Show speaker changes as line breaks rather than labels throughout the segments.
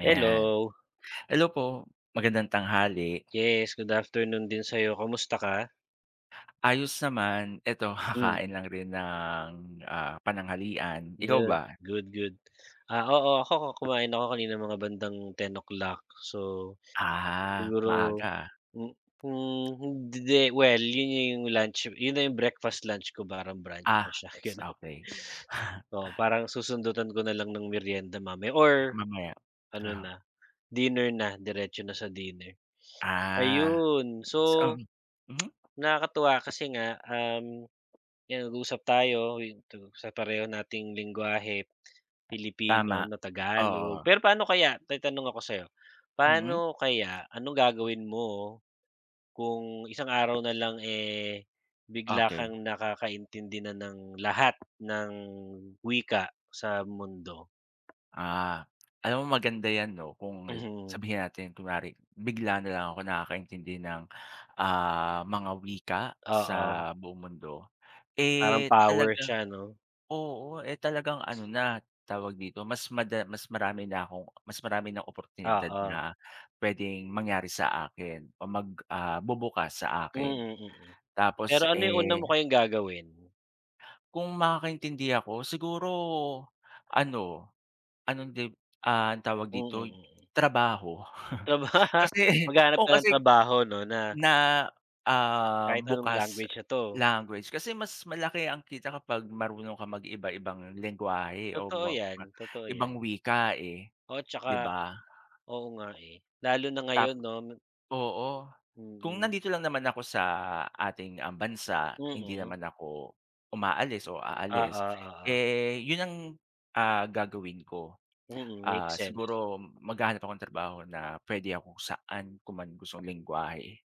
Ayan.
Hello.
Hello po, magandang tanghali.
Yes, good afternoon din sa'yo. Kamusta ka?
Ayos naman, eto
Hmm,
kakain lang rin ng, pananghalian. Ikaw
yun.
ba?
Good, good. Ah, oo, ako ako kumain ako kanina mga bandang 10:00. So,
Ah,
siguro
maaga.
hmm, hmm, hindi well, yun yung lunch yun na yung breakfast, lunch ko, parang brunch na
Ah,
siya,
s
gano'n.
okey.
Oo, parang susundutan ko na lang ng meryenda mamaya or
Mamaya.
ano
Oo.
na, dinner na, diretso na sa dinner.
Ah,
Ayun. So,
so, mhm,
nakakatuwa kasi nga, 'Yan, nag-uusap tayo yung sa pareho nating lengguwahe, Pilipino
tama.
'no, Tagalog.
Oo,
Pero paano kaya tatanong ako sa'yo,
mm,
paano kaya, anong gagawin mo kung isang araw na lang, eh, bigla
okey.
kang nakakaintindi na ng lahat ng wika sa mundo?
Ah, alam mo maganda 'yan 'no, kung
Mhm,
sabihin natin kunwari bigla na lang ako nakakaintindi ng, mga wika sa
oo.
buong mundo.
Parang
Eh,
power
talagang
siya 'no?
oo, eh, talagang ano na, tawag dito, mas marami na akong mas marami ng oportunidad
Oo.
na puwedeng mangyari sa akin o bubukas sa akin.
Mm, mm.
Tapos,
Pero ano yung una
eh,
mo kayang gagawin?
kung makakaintindi ako siguro ano, anong dib ang tawag dito,
Mm, mm.
trabaho.
Traba
Kasi
Maghahanap
o
ka ng
kasi
trabaho 'no na
na,
kahit anong
bukas
language na 'to.
language kasi mas malaki ang kita kapag marunong ka mag iba-ibang lengguwahe o
Totoo
ma
'yan,
ma
totoo 'yan.
ibang wika, eh,
Oo, tsaka
'di ba?
oo nga, eh. Lalo na
Tap
ngayon 'no,
Oo. Kung
mm.
nandito lang naman ako sa ating, bansa, hindi
Mm.
naman ako umaalis o
Oo,
aalis,
oo.
eh, yun ang, gagawin ko.
Mm, makes
Ah,
sense.
siguro maghahanap ako ng trabaho na puwede ako kung saan ko man gustong lengguwahe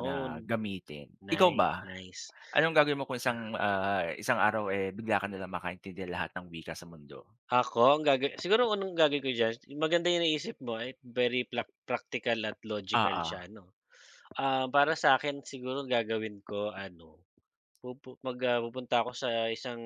na gamitin. Ikaw
Nice,
ba,
nice.
anong gagawin mo kung isang, isang araw, eh, bigla ka nalang makaintindi lahat ng wika sa mundo?
Ako, ang gaga siguro unang gagawin ko diyan, maganda yung naisip mo at very practical at logical
Oo.
siya 'no. Ah, para sa'kin siguro ang gagawin ko ano, pupunta ako sa isang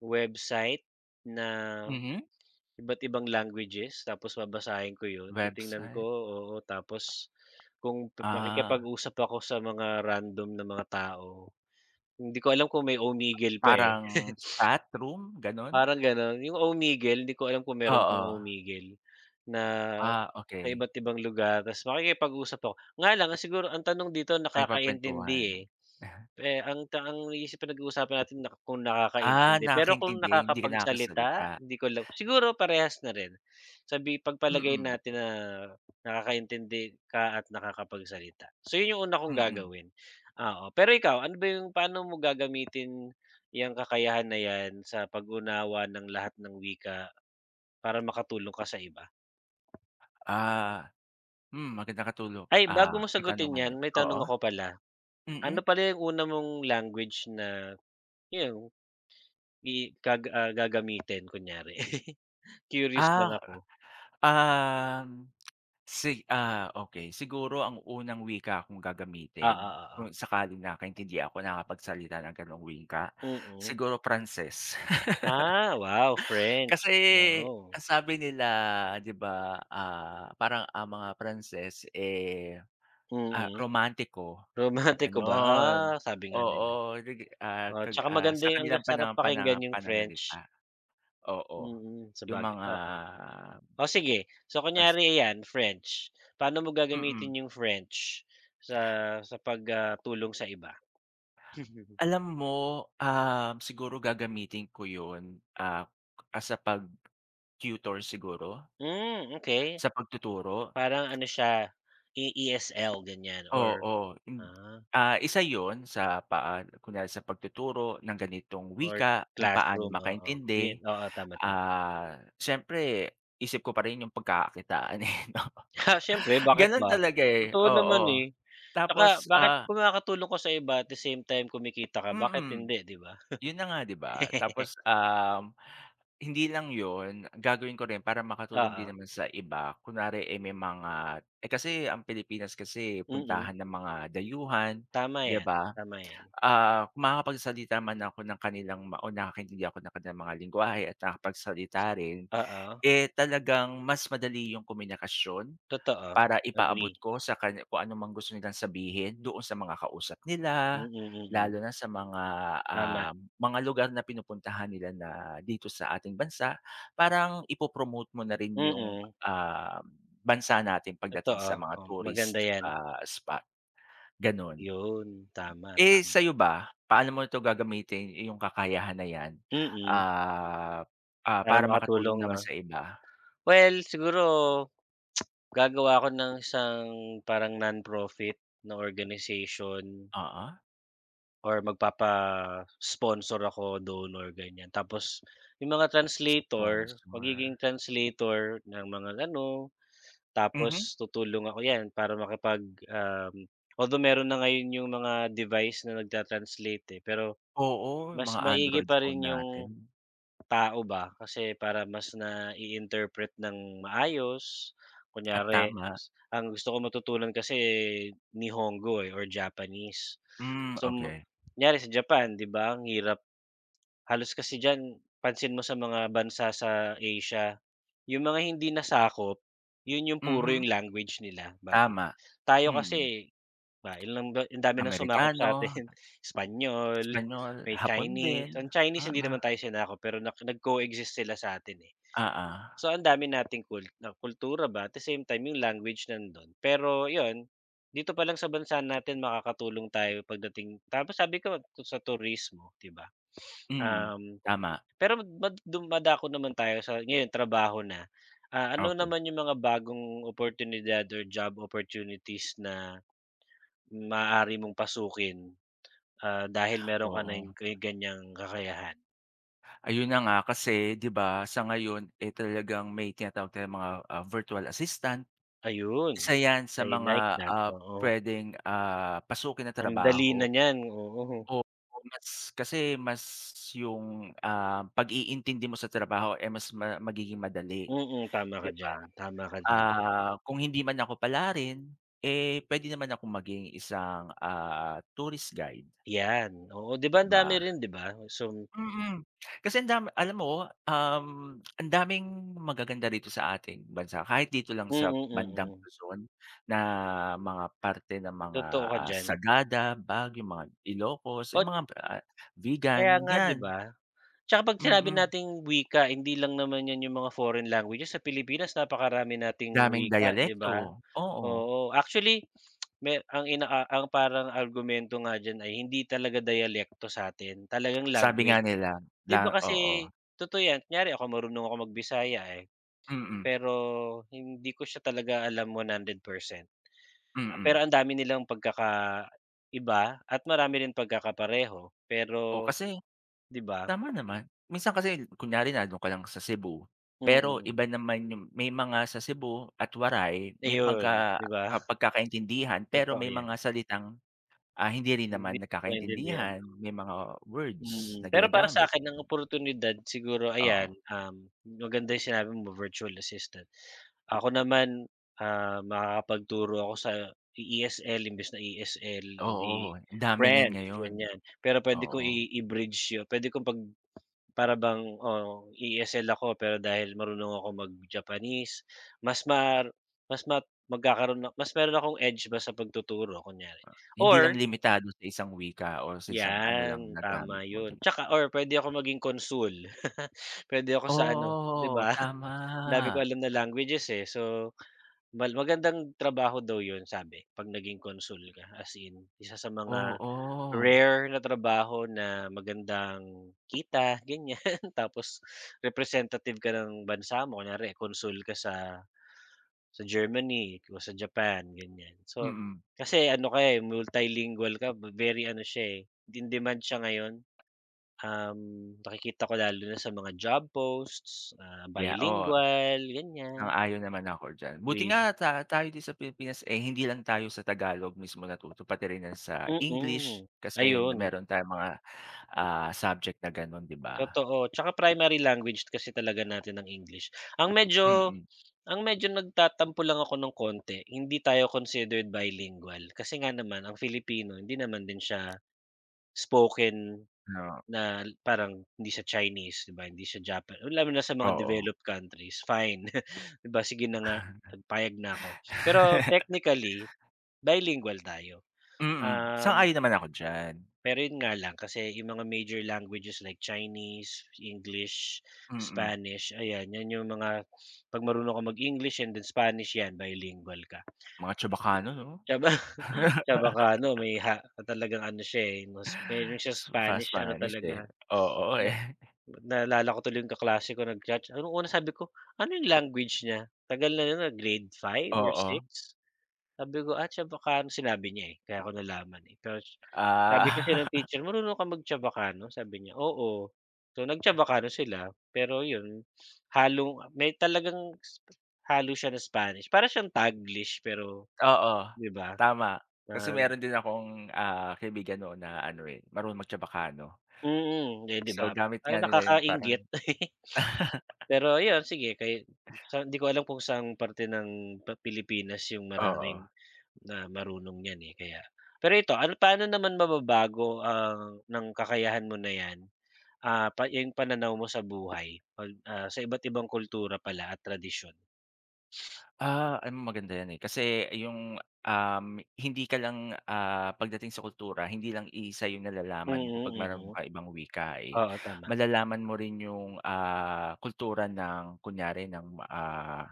website na
Mhm.
iba't ibang languages, tapos babasahin ko 'yun, titingnan ko,
Website.
oo. Tapos kung pe
Ah,
makikipag-usap ako sa mga random na mga tao, hindi ko alam kung may Omegle pa, eh.
parang chat room gano'n?
Parang gano'n, yung Omegle hindi ko alam kung meron pang
Oo.
Omegle na
Ah,
sa
okey.
iba't ibang lugar, tapos makikipag-usap ako. Nga lang siguro ang tanong dito,
May
nakakaintindi,
pagkuwentuhan.
eh. Eh, ang iniisip, pinag-uusapan natin na kung
Ah,
nakakaintindi, pero kung
nakakaintindi, hindi ka nakakasalita.
nakakapagsalita, hindi ko alam. Siguro parehas na rin. Sabi, pagpalagay
Mm,
natin na nakakaintindi ka at nakakapagsalita. So, 'yun 'yung una kong
mm.
gagawin, oo. Pero ikaw, ano ba 'yung paano mo gagamitin yung kakayahan na 'yan sa pag-unawa ng lahat ng wika para makatulong ka sa iba?
Ah, hmm,
Ay, bago mo sagutin
katanungan
'yan,
'yan.
may tanong
Oo,
ako pala. Ano
mm.
pala 'yung una mong language na 'yung gagamitin kunyari. Curious lang
Ah,
ako.
um, okey. Siguro ang unang wika kung
Oo,
gagamitin
oo.
kung sakaling nakakaintindi ako, nakakapagsalita ng gano'ng wika,
Mm.
siguro Pranses.
Ah, wow, French,
Kasi
oo.
ang sabi nila 'di ba, parang ang mga Pranses, eh. Ah,
Mm.
romantiko,
Romantiko ba?
gano'n.
Ah, sabi nga nila.
Oo, nag ah,
Oh,
kag
tsaka
ah,
maganda
sa
yung,
kanilang
ang sarap
pana pana
pakinggan yung French.
pananalita, oo.
Mm,
Yung
sabagay
mga
oo. Oh, sige. So
as
kunyari ayan French, paano mo
mm.
gagamitin yung French sa sa pagtulong sa iba?
Alam mo, siguro gagamitin ko yun, as a pag-tutor siguro,
Hmm, okay.
sa pagtuturo.
Parang ano siya, ESL ganyan or
Oo, hin
ah.
isa yon sa paa kunyari sa pagtuturo ng ganitong
Or
wika, kung paano
classroom, oo. Yun,
makaintindi.
oo, tama, tama.
Ah, siyempre isip ko pa rin yung pagkakakitaan, eh, 'no?
Siyempre, bakit
Gano'n
ba?
talaga, eh,
Totoo naman,
oo.
eh. Tsaka
Tapos,
bakit,
ah,
kung nakakatulong ko sa iba at the same time kumikita ka, bakit
mm,
hindi, 'di ba?
'yun na nga, 'di ba? Tapos, hindi lang 'yun, gagawin ko rin para makatulong din
Oo,
naman sa iba. Kunwari, eh, may mga eh, kasi ang Pilipinas kasi
mm.
puntahan ng mga dayuhan,
Tama
'di
'yan,
ba?
tama 'yan.
Ah, makakapagsalita man ako ng kanilang ma o nakakaintindi ako ng kanilang mga lengguwahe at nakakapagsalita rin,
Oo,
eh, talagang mas madali yung komunikasyon
totoo.
para ipaabot
Agree.
ko sa kani kung ano mang gusto nilang sabihin doon sa mga kausap nila,
Mm,
lalo
mm.
na sa mga,
Tama.
mga lugar na pinupuntahan nila na dito sa ating bansa. Parang ipo-promote mo na rin yung,
Mm,
bansa natin pagdating
totoo.
sa mga
Oh, maganda
tourist,
'yan.
spot, gano'n.
Yun, tama,
Eh,
tama.
sa'yo ba, paano mo 'to gagamitin yung kakayahan na 'yan,
Mm,
ah,
para
para makatulong
makatulong 'no?
naman sa iba?
Well, siguro gagawa ako ng isang parang nonprofit na organization,
Oo,
or magpapa-sponsor ako, donor, ganyan. Tapos yung mga translator, magiging
sponsor.
translator ng mga ano,
Mhm,
tapos tutulong ako 'yan para makapag, um although meron na ngayon yung mga device na nagta-translate, eh, pero
oo, yung
mas
mga
maigi
Android
pa
phone
rin
natin
yung tao ba, kasi para mas nai-interpret ng maayos,
at tama.
ang gusto ko matutunan kasi Nihongo, eh, or Japanese.
Hmm,
So,
okey.
kunyari sa Japan 'di ba ang hirap, halos kasi diyan pansin mo sa mga bansa sa Asia, yung mga hindi nasakop, yun yung puro
Mhm,
yung language nila, bati
tama,
tayo
mm.
kasi. Ah, yun lang ba, ang dami ng sumakop
Amerikano,
sa atin, Espanyol,
Espanyol,
may
Hapon
Chinese.
din,
Ang Chinese hindi
oo,
naman tayo sinakop, pero nag-coexist sila sa'tin, eh.
oo,
So, ang dami nating kultura ba, at the same time yung language nandun. Pero yun, dito pa lang sa bansa natin makakatulong tayo pagdating, tapos sabi ko sa turismo, 'di ba?
mm,
Um,
tama,
pero mad dum naman tayo sa ngayon trabaho na. Ah, ano
okey,
naman yung mga bagong oportunidad or job opportunities na maaari mong pasukin? Ah, dahil meron ka na
oo.
yung kay ganyang kakayahan,
Ayun na nga, kasi 'di ba, sa ngayon, eh, talagang may tinatawag tayong mga, virtual assistant.
ayun.
Isa 'yan sa
I
mga,
like that,
ah,
oo.
puwedeng, pasukin na
Ang dali na
trabaho.
niyan, oo.
Oo, mas kasi mas yung, pag-iintindi mo sa trabaho, eh, mas ma magiging madali,
Mm, tama
'di
ka
ba?
diyan, tama ka diyan.
Ah, kung hindi man ako palarin, eh, puwede naman akong maging isang, tourist guide,
'Yan, oo, 'di ba
'di
ang dami
ba?
rin, 'di ba? So
Mm. Kasi ang dami alam mo, ang daming magaganda rito sa ating bansa kahit dito lang
mm,
sa
mm,
bandang
mm,
Luzon na mga parte ng mga,
totoo ka diyan.
Sagada, Baguio, mga Ilocos, yung
Ot
mga,
Kaya
vegan,
nga 'di
'yan,
ba? Tsaka 'pag sinabi
mm.
nating wika, hindi lang naman 'yan yung mga foreign languages, sa Pilipinas napakarami nating
Daming
wika, 'di
diyalekto,
ba?
oo.
Oo, actually may ang inaa ang parang argumento nga diyan, ay hindi talaga diyalekto sa'tin, talagang
Sabi nga
language.
nila
'Di
la
ba
oo,
kasi totoo 'yan, kunyari ako marunong ako mag-Bisaya, eh,
mm,
pero hindi ko siya talaga alam 100%. Ah,
mm.
pero ang dami nilang pagkakaiba at marami rin pagkakapareho, pero
O kasi
'di ba?
tama naman. Minsan kasi kunyari nando'n ka lang sa Cebu,
Mm,
pero
mm.
iba naman yung may mga sa Cebu at Waray may
Ayun,
magka
'di ba?
pagkakaintindihan pero
Totoo
may
'yan,
mga salitang, hindi rin
hindi
naman
ko maintindihan.
nagkakaintindihan, may mga words na
Mm, pero para sa
ginagamit.
akin ang oportunidad siguro
Oo.
ayan, maganda yung sinabi mo virtual assistant. Ako naman, ah, makakapagturo ako sa ESL, imbes na ESL, eh di
Oo, ang dami niyan
French
ngayon,
ganyan. Pero pwede ko
oo.
i-bridge yun, pwede kong pag, para bang, oo, ESL ako pero dahil marunong ako mag-Japanese, mas mar mas ma magkakaroon, na mas meron akong edge ba sa pagtuturo kunyari,
Hindi lang
or
limitado sa isang wika o sa isang ano lang
'yan,
nagamit
tama
mo,
'yun.
'di
Tsaka
ba?
or pwede ako maging consul, pwede ako sa ano, 'di
Oo,
ba, ang dami
tama.
ko alam na languages, eh. So, magandang trabaho daw 'yun sabi 'pag naging consul ka, as in isa sa mga
Oo.
rare na trabaho na magandang kita, ganiyan. Tapos representative ka ng bansa mo, kunyari consul ka sa Germany o sa Japan, ganiyan. So,
Mm.
kasi ano ka, eh, multilingual ka, very ano siya, eh, in demand siya ngayon. Um, nakikita ko lalo na sa mga job posts, ah,
Yeah, oh.
bilingual, ganyan,
Sang-ayon naman ako diyan. Buti
'di ba?
nga ta tayo din sa Pilipinas, eh, hindi lang tayo sa Tagalog mismo natuto pati rin yan sa English
Mm,
kasi
ayun,
meron tayong mga, subject na gano'n, 'di ba?
totoo. Tsaka primary language kasi talaga natin ang English. Ang medyo
Mm,
ang medyo nagtatampo lang ako ng konti, hindi tayo considered bilingual kasi nga naman ang Filipino hindi naman din siya spoken.
no,
Na parang hindi sa Chinese, 'di ba, hindi sa Japan, lalo na sa mga
oo.
developed countries, fine, 'di ba, sige na nga, payag na ako. Pero technically, bilingual tayo.
Mm,
Um,
sang-ayon naman ako diyan.
pero yun nga lang kasi yung mga major languages like Chinese, English,
Mm,
Spanish, ayan, yan yung mga, 'pag marunong ka mag-English and then Spanish, yan bilingual ka.
mga Chebacano 'no?
Siya ba Siya baka ano, may ha talagang ano siya, eh, mas meron siyang
So, fast
Spanish ano
Spanish,
talaga.
eh. Oo, eh.
Naalala ko tuloy yung kaklase ko nag-chat ano nung una, sabi ko, "Ano yung language niya?" Tagal na yun ah, grade five or
Oo,
six. Sabi ko, "Ah, Chavacano." Sinabi niya, eh, kaya ko nalaman, eh. Tapos sabi kasi
ah,
ng teacher, "Marunong ka mag-Chavacano?" Sabi niya, "Oo." So nag-Chavacano sila, pero yun, halong may talagang s- halo siya ng Spanish. Para siyang Taglish pero
oo,
'di ba,
tama. Kasi
na
meron din akong, kaibigan noon na ano, eh, marunong mag-Chebacano.
mm, eh, 'di
So,
ba,
gamit nga
parang
nila yun parang
nakakainggit. Pero ayun sige sa hindi ko alam kung saang parte ng Pilipinas yung maraming
oo.
na marunong niyan, eh, kaya pero ito ano, paano naman mababago ang ng kakayahan mo na yan, ah, yung pananaw mo sa buhay pag, ah, sa iba't ibang kultura pala at tradisyon?
Ah, ano maganda yan, eh, kasi yung, hindi ka lang, pagdating sa kultura hindi lang iisa yung nalalaman mo kapag
Mm,
meron
mm.
ka ibang wika, eh.
Oo, tama.
Malalaman mo rin yung, kultura ng kunyari ng,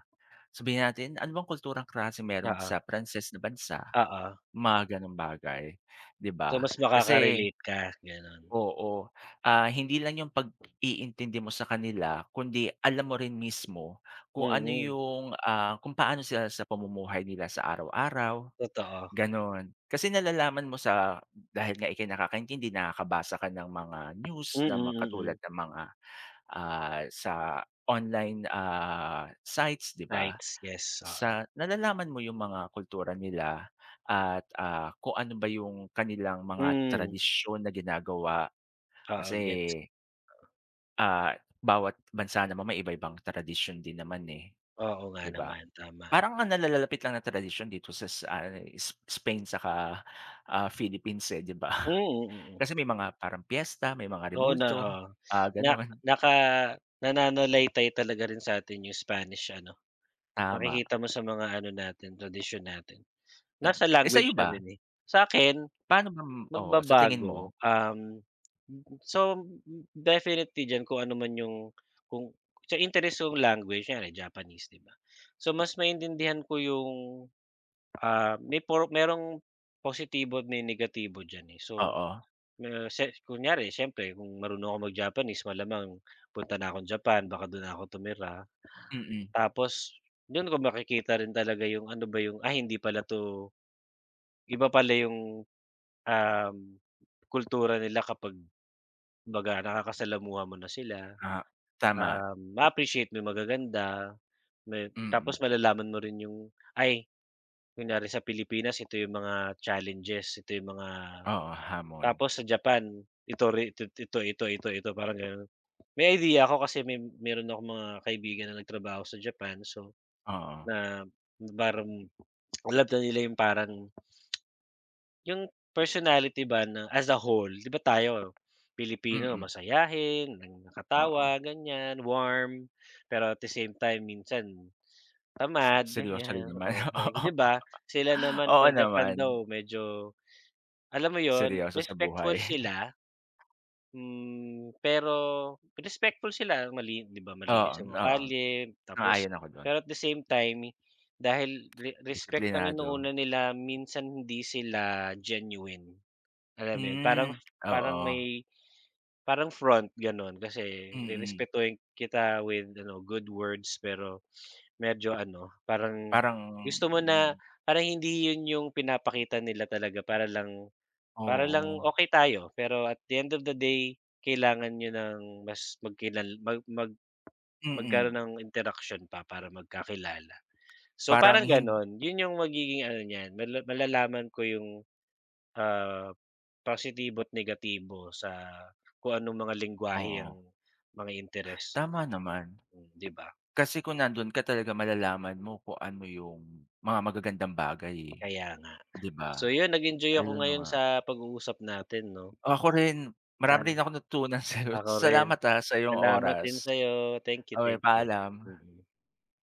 sabihin natin ano bang kulturang klase meron
Oo,
sa Pranses na bansa,
oo.
mga gano'ng bagay, 'di
So
ba?
mas
Kasi
makaka-relate ka gano'n.
oo, hindi lang yung pag-iintindi mo sa kanila kundi alam mo rin mismo kung ano
Mm,
yung, kung paano sila sa pamumuhay nila sa araw-araw,
totoo.
gano'n. Kasi nalalaman mo sa dahil nga ika'y nakakaintindi, nakakabasa ka ng mga news
Mm,
na mga katulad
mm.
ng mga, sa online, sites, 'di ba?
Nights, yes, oo.
Sa nalalaman mo yung mga kultura nila at, kung ano ba yung kanilang mga
Hmm,
tradisyon na ginagawa
oo
kasi,
gets.
ah, bawat bansa naman may iba-ibang tradisyon din naman, eh,
Oo nga
'di ba?
naman, tama.
Parang ang nalalapit lang na tradisyon dito sa ano, eh, S Spain saka, Philippines, eh, 'di ba?
Mm, mm, mm.
Kasi may mga parang piyesta, may mga rebulto,
Oo. Na
gano'n.
naka Nananalaytay talaga rin sa'tin yung Spanish ano,
Tama,
makikita mo sa mga ano natin, tradisyon natin.
tama.
Nasa
Eh,
language
sa'yo
na
ba?
rin, eh. Sa akin
Paano ba m- oo, sa tingin mo?
magbabago, so definitely diyan, kung ano man yung kung sa interes kong language, kunyari Japanese, 'di ba? So mas maintindihan ko yung, ah, may por merong positibo at may negatibo diyan, eh. So
Oo,
Na se kunyari siyempre kung marunong ako mag-Japanese, malamang punta na akong Japan, baka dun na ako tumira.
mm.
Tapos dun ko makikita rin talaga yung ano ba yung, "Ay hindi pala 'to, iba pala yung, um, kultura nila kapag kumbaga nakakasalamuha mo na sila."
Ah, tama,
Um, ma-appreciate mo yung magaganda,
mm.
tapos malalaman mo rin yung, ay kunyari sa Pilipinas ito yung mga challenges, ito yung mga,
Oo, hamon.
tapos sa Japan ito, ito, ito, ito, parang ganun. May idea ako kasi meron akong mga kaibigan na nagtrabaho sa Japan, so
Oo,
na parang alam na nila yung parang yung personality ba na as a whole, 'di ba tayo Pilipino
mm.
masayahin, ng
Oo.
nakatawa ganyan, warm, pero at the same time minsan
S-
tamad,
seryoso rin
ganyan,
naman,
oh, may
oo.
'di ba? Sila naman
Oo
sa Japan
naman.
daw medyo alam mo yon
Seryoso sa
respectful
buhay.
sila. Hmm, pero respectful sila, mali 'di ba,
Oo,
malinis ang mga
oo,
kalye, tapos
sang ako do'n.
pero at the same time dahil respect ang
Disiplinado.
inuuna nila minsan hindi sila genuine, alam mo 'yun? Parang
Hmm.
parang
Oo.
may parang front gano'n, kasi
Mm.
rerespetuhin kita with ano, good words, pero medyo ano, parang
Parang
gusto mo
mm,
na parang hindi 'yun yung pinapakita nila talaga, para lang
oo.
okay tayo, pero at the end of the day, kailangan niyo ng mas magkilal mag mag
Mm.
magkaroon ng interaction pa para magkakilala. So,
Parang
parang
hindi
gano'n, 'yun 'yung magiging ano niyan, malalaman ko 'yung, ah, positibo at negatibo sa kung anong mga lengguwahe
oo,
ang mga interes.
tama naman.
Hmm, 'di ba?
Kasi kung nandun ka talaga malalaman mo kung ano yung mga magagandang bagay, eh,
Kaya nga.
'di ba?
So 'yun, nag-enjoy ako
Ayun na
ngayon
nga.
sa pag-uusap natin 'no.
Ako rin, marami
Sana
rin akong natutunan sa'yo.
ako rin.
Salamat, sa iyong
Salamat din
oras.
sa'yo. Thank you,
Okey,
thank you.
paalam.
Mm, mm.